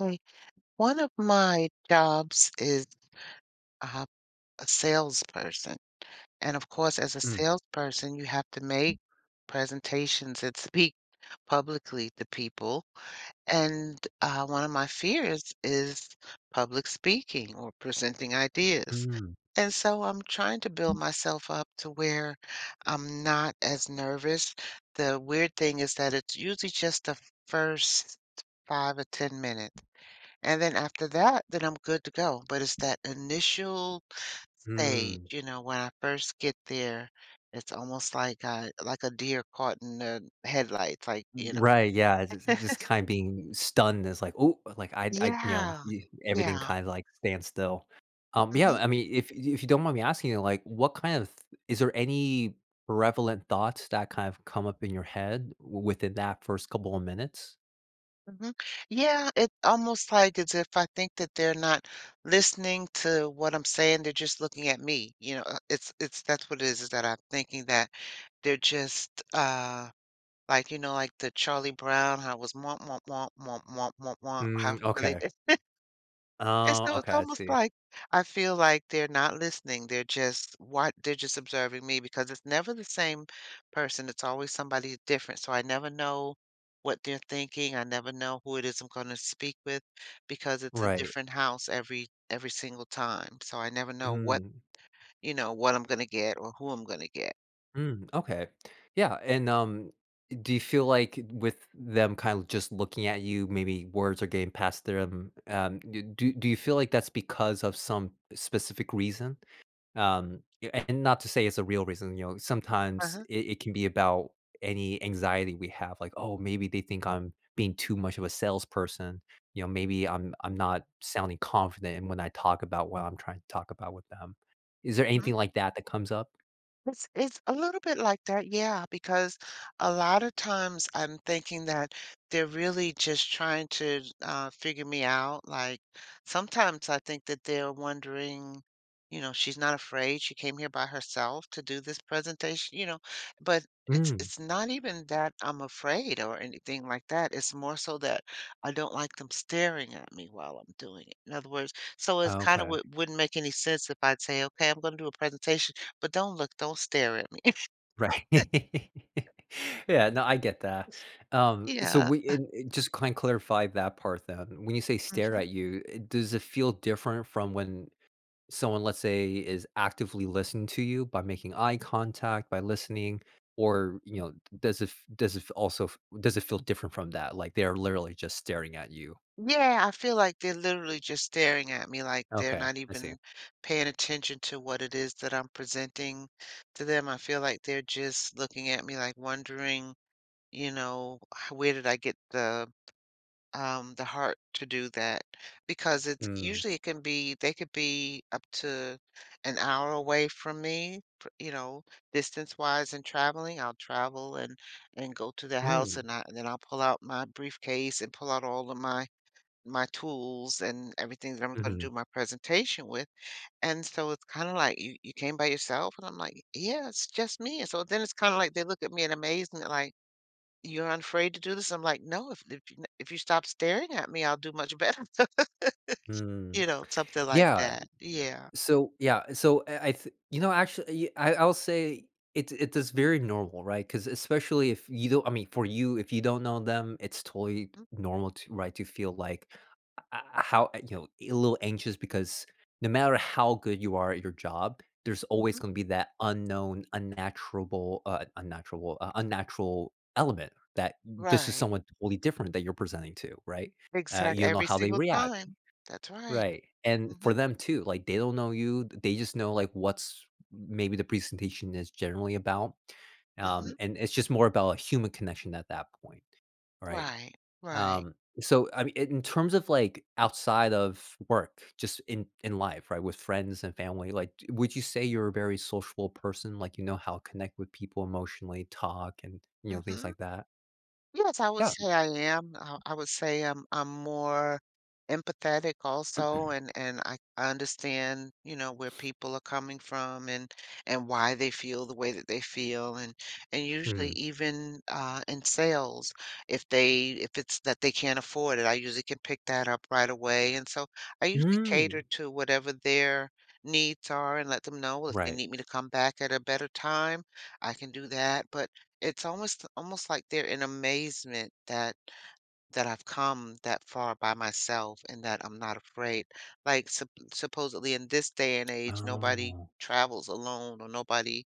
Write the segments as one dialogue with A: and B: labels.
A: Okay. One of my jobs is, uh, a salesperson, and of course, as a
B: Mm,
A: salesperson, you have to make presentations and speak publicly to people, and, one of my fears is public speaking or presenting ideas,
B: mm,
A: and so I'm trying to build myself up to where I'm not as nervous. The weird thing is that it's usually just the first 5 or 10 minutes. And then after that, then I'm good to go. But it's that initial stage,
B: mm.
A: you know, when I first get there, it's almost like a deer caught in the headlights.
B: Right, yeah, it's just kind of being stunned is like, oh, like, I you know,
A: Yeah.
B: y everything,
A: Yeah.
B: kinda, like, stands still. Yeah,
A: Mhm,
B: I mean, if you don't mind me asking you, like, what kind of th- is there any prevalent thoughts that kind of come up in your head w within that first couple of minutes?
A: mhm. Yeah, it's almost like as if I think that they're not listening to what I'm saying, they're just looking at me, it's that's what it is that I'm thinking that they're just like the Charlie Brown, how it was "womp, womp, womp, womp, womp, womp, womp," how
B: Mm,
A: how they
B: okay. Oh,
A: It's
B: okay, I
A: almost
B: see.
A: like I feel like they're not listening, they're just observing me because it's never the same person, it's always somebody different, so I never know what they're thinking, I never know who it is I'm gonna speak with because it's a
B: Right.
A: different house every single time, so I never know
B: Mm.
A: what I'm gonna get or who I'm gonna get.
B: Mm, okay. Yeah, and, do you feel like with them kind of just looking at you, maybe words are getting past them, d do do you feel like that's because of some specific reason? Y And not to say it's a real reason, you know, sometimes
A: Uh-huh.
B: it can be about any anxiety we have, like, "Oh, maybe they think I'm being too much of a salesperson," you know, "Maybe I'm
A: Mhm,
B: not sounding confident in when I talk about what I'm trying to talk about with them." Is there
A: mhm.
B: anything like that that comes up?
A: It's a little bit like that, yeah, because a lot of times I'm thinking that they're really just trying to figure me out. Like sometimes I think that they're wondering, she's not afraid. She came here by herself to do this presentation, but it's
B: Mm,
A: it's not even that I'm afraid or anything like that. It's more so that I don't like them staring at me while I'm doing it. In other words, so it's kind of
B: okay.
A: wouldn't make any sense if I'd say, okay, I'm going to do a presentation but don't look, don't stare at me.
B: Right. Yeah, no, I get that. So
A: Yeah,
B: we and just kind of clarify that part then. When you say stare
A: mhm.
B: at you, does it feel different from when someone, let's say, is actively listening to you by making eye contact, by listening, or, you know, does it f also f does it feel different from that? Like, they're literally just staring at you.
A: Yeah, I feel like they're literally just staring at me, like they're
B: Okay,
A: not
B: I see.
A: even paying attention to what it is that I'm presenting to them. I feel like they're just looking at me like wondering, you know, "H where did I get the heart to do that because it's
B: Mm.
A: usually it can be they could be up to an hour away from me, distance wise and traveling. I'll travel and go to the house
B: Mm.
A: and I then I'll pull out my briefcase and pull out all of my tools and everything that I'm going to
B: Mhm.
A: do my presentation with. And so it's kind of like you came by yourself and I'm like, yeah, it's just me. And so then it's kind of like they look at me in amazement like "You're unafraid to do this?" I'm like, "No, if you stop staring at me, I'll do much better."
B: Mm.
A: You know, something like
B: Yeah.
A: that. Yeah.
B: So, yeah, so I th actually, y I I'll say it is very normal, right, because especially if you don't, I mean, for you, if you don't know them, it's totally
A: Mm,
B: normal to, right, to feel like, h how, you know, a little anxious because no matter how good you are at your job, there's always
A: mhm.
B: gonna be that unknown, unnatural element that this is
A: Right.
B: someone totally different that you're presenting to, right?
A: Exact
B: You don't know
A: every
B: how they
A: single
B: react.
A: time. That's right.
B: Right, and
A: Mm,
B: for
A: mhm,
B: them too, like, they don't know you, they just know, like, what's maybe the presentation is generally about,
A: mm, mhm.
B: and it's just more about a human connection at that point, all right?
A: Right, right.
B: Um, so, I mean, in terms of, like, outside of work, just in life, right, with friends and family, like, d would you say you're a very sociable person? Like, you know how to connect with people emotionally, talk, and, you
A: Mm,
B: know, things
A: mhm.
B: like that?
A: Yes, I would
B: Yeah.
A: say I am. I would say I'm more empathetic also and I understand, where people are coming from and why they feel the way that they feel and usually
B: Mm.
A: even in sales if it's that they can't afford it, I usually can pick that up right away. And so I usually cater
B: Mm.
A: to whatever their needs are and let them know well, if they
B: Right.
A: need me to come back at a better time, I can do that. But it's almost like they're in amazement that I've come that far by myself and that I'm not afraid. Like, supposedly in this day and age, nobody
B: Oh,
A: travels alone or nobody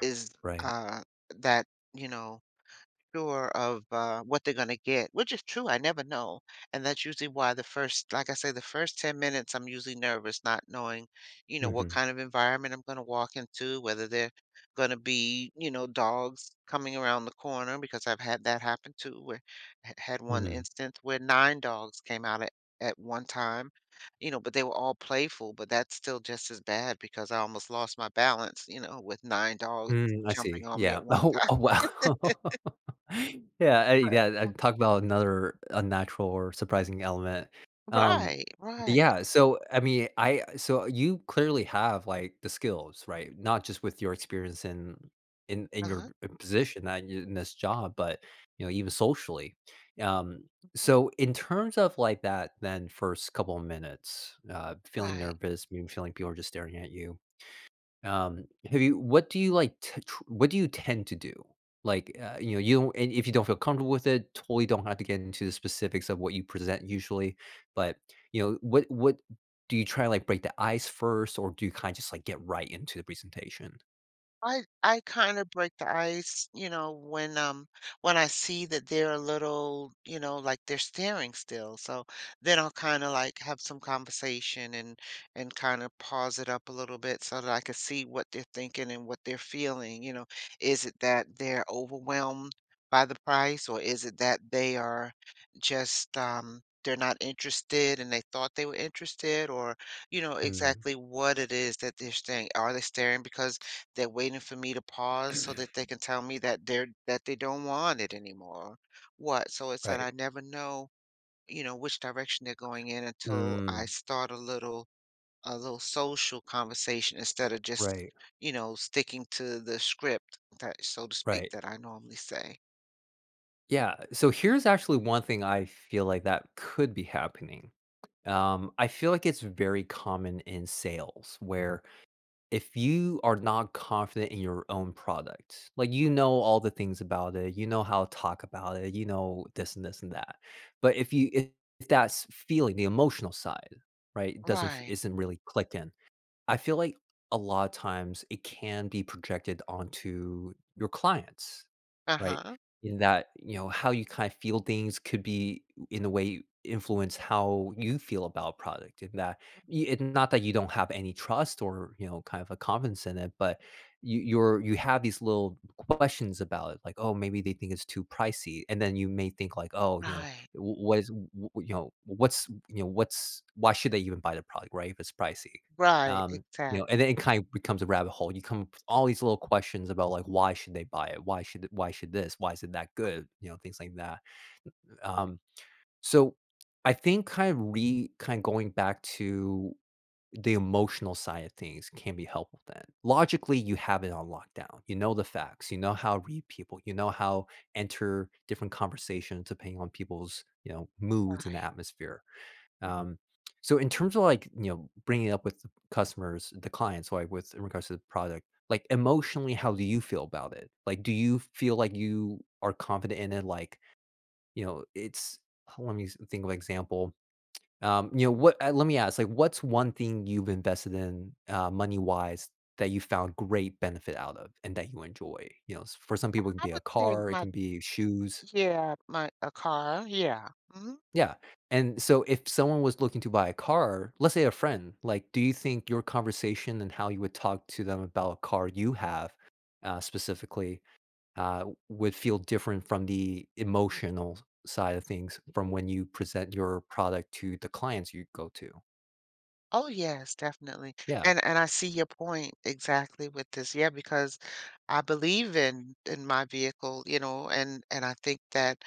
A: is,
B: right.
A: uh, that, you know sure of what they're going to get, which is true. I never know. And that's usually why the first, like I say, the first 10 minutes, I'm usually nervous, not knowing, what
B: Mhm.
A: kind of environment I'm going to walk into, whether they're going to be, dogs coming around the corner, because I've had that happen too, where I had one
B: Mhm.
A: instance where nine dogs came out at one time, but they were all playful, but that's still just as bad because I almost lost my balance, with nine dogs
B: Mm, I see.
A: jumping on me
B: Yeah.
A: at one
B: Oh,
A: time.
B: oh wow. Yeah, I talk about another unnatural or surprising element. Um,
A: Right,
B: but
A: right.
B: yeah, so I mean, I so you clearly have like the skills, right? Not just with your experience in your
A: Uh-huh.
B: position that you in this job, but even socially. Um, so in terms of like that then first couple of minutes, feeling
A: Right.
B: nervous, maybe feeling people are just staring at you. Um, have you what do you like t tr what do you tend to do? Like, you don't and if you don't feel comfortable with it, totally don't have to get into the specifics of what you present usually, but, what do you try to, like, break the ice first, or do you kinda just, like, get right into the presentation?
A: I kind of break the ice, when I see that they're a little, they're staring still. So then I'll kind of like have some conversation and kind of pause it up a little bit so that I can see what they're thinking and what they're feeling. Is it that they're overwhelmed by the price, or is it that they are just they're not interested and they thought they were interested, or
B: Mm,
A: exactly what it is that they're staring. Are they staring because they're waiting for me to pause so that they can tell me that they don't want it anymore. What? So it's that
B: right.
A: I never know, which direction they're going in until I
B: Mm,
A: start a little social conversation instead of just,
B: right,
A: sticking to the script that so to speak
B: right.
A: that I normally say.
B: Yeah, so here's actually one thing I feel like that could be happening. I feel like it's very common in sales where if you are not confident in your own product, like you know all the things about it, you know how to talk about it, you know this and this and that. But if you if that's feeling the emotional side, right, doesn't
A: Right.
B: isn't really clicking, I feel like a lot of times it can be projected onto your clients, right?
A: Uh-huh.
B: In that, you know, how you kind of feel things could be in a way influence how you feel about a product. In that, it, not that you don't have any trust or kind of a confidence in it, but you, you're you have these little questions about it, like, oh, maybe they think it's too pricey, and then you may think like, oh, you know,
A: Right.
B: why should they even buy the product, right? If it's pricey,
A: Right. Exactly.
B: and then it kind of becomes a rabbit hole. You come up with all these little questions about like why should they buy it? Why should this? Why is it that good? You know, things like that. Um, so I think kind of going back to the emotional side of things can be helpful then. Logically, you have it on lockdown. You know the facts, you know how to read people, you know how enter different conversations depending on people's, moods and the atmosphere, um, so in terms of like, bringing it up with the customers, the clients, like with in regards to the product, like emotionally, how do you feel about it? Like, do you feel like you are confident in it? Like, you know, it's, let me think of an example. Let me ask, like, what's one thing you've invested in, money wise that you found great benefit out of and that you enjoy? You know, for some people, it can
A: I
B: be a
A: would say
B: car, it
A: my,
B: can be shoes.
A: yeah, my a car. Yeah. Mhm.
B: Yeah, and so if someone was looking to buy a car, let's say a friend, like, do you think your conversation and how you would talk to them about a car you have, specifically, would feel different from the emotional side of things from when you present your product to the clients you go to?
A: Oh, yes, definitely.
B: Yeah.
A: And I see your point exactly with this. Yeah, because I believe in my vehicle, and I think that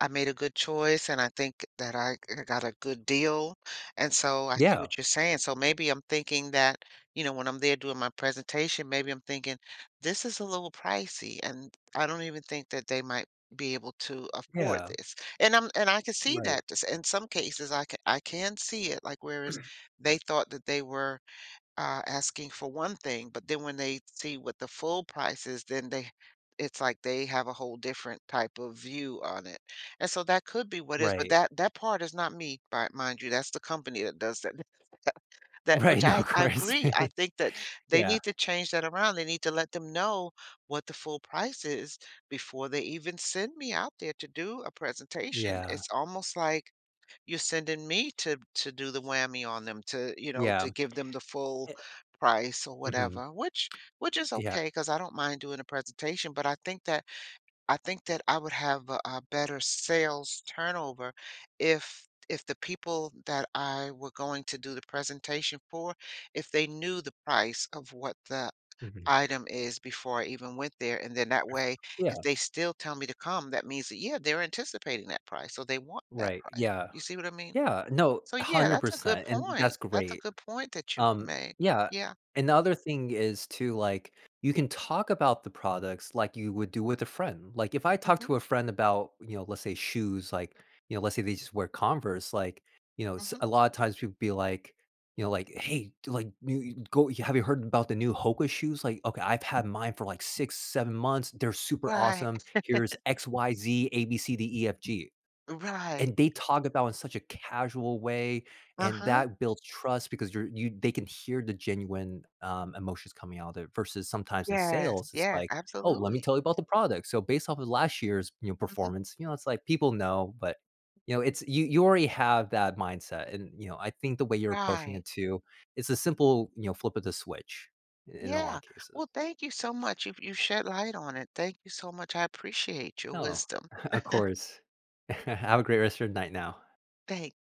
A: I made a good choice and I think that got a good deal. And so I see
B: Yeah,
A: what you're saying. So maybe I'm thinking that, when I'm there doing my presentation, maybe I'm thinking this is a little pricey and I don't even think that they might be able to afford
B: yeah,
A: this. And I can see
B: right,
A: that just in some cases I can see it like where is. They thought that they were, asking for one thing, but then when they see what the full price is, then they it's like they have a whole different type of view on it. And so that could be what is, but
B: right,
A: that part is not me, by mind you, that's the company that does that. That
B: right,
A: which
B: no,
A: I
B: of
A: I
B: course.
A: agree. I think that they
B: Yeah,
A: need to change that around. They need to let them know what the full price is before they even send me out there to do a presentation.
B: yeah,
A: It's almost like you're sending me to do the whammy on them to to
B: yeah,
A: give them the full
B: eh
A: price or
B: mhm,
A: whatever which is
B: yeah,
A: okay because I don't mind doing a presentation but I think that I would have a better sales turnover if the people that I were going to do the presentation for if they knew the price of what the
B: mhm,
A: item is before I even went there and then that way
B: yeah,
A: if they still tell me to come that means that yeah they're anticipating that price so they want that
B: right,
A: price
B: yeah.
A: you see what I mean
B: Yeah, no,
A: so yeah, that's a good
B: 100%, and
A: point.
B: that's
A: That's a
B: great.
A: good point that you
B: Um,
A: made.
B: yeah,
A: Yeah.
B: and the other thing is too, like, you can talk about the products like you would do with a friend. Like, if I talk
A: Mhm.
B: to a friend about, let's say shoes, like, let's say they just wear Converse, like, you know, s
A: Mhm.
B: a lot of times people be like, like, "Hey, d like, you go have you heard about the new Hoka shoes?" Like, "Okay, I've had mine for, like, 6, 7 months. They're super
A: Right.
B: awesome. Here's X, Y, Z, A, B, C, D, E, F, G."
A: Right.
B: And they talk about in such a casual way, and
A: Uh-huh.
B: that builds trust because you're you they can hear the genuine, emotions coming out of it versus sometimes in
A: Yes.
B: sales, it's
A: Yes.
B: like, "Oh, let me
A: Absolutely.
B: tell you about the product." So based off of last year's,
A: Mhm.
B: performance, it's like people know, but, it's you already have that mindset, and, I think the way you're approaching
A: Right.
B: it too, it's a simple, flip of the switch I in a lot of
A: Yeah.
B: cases.
A: Well, thank you so much. You shed light on it. Thank you so much. I appreciate your
B: No,
A: wisdom.
B: of course. Have a great rest of your night now.
A: Thank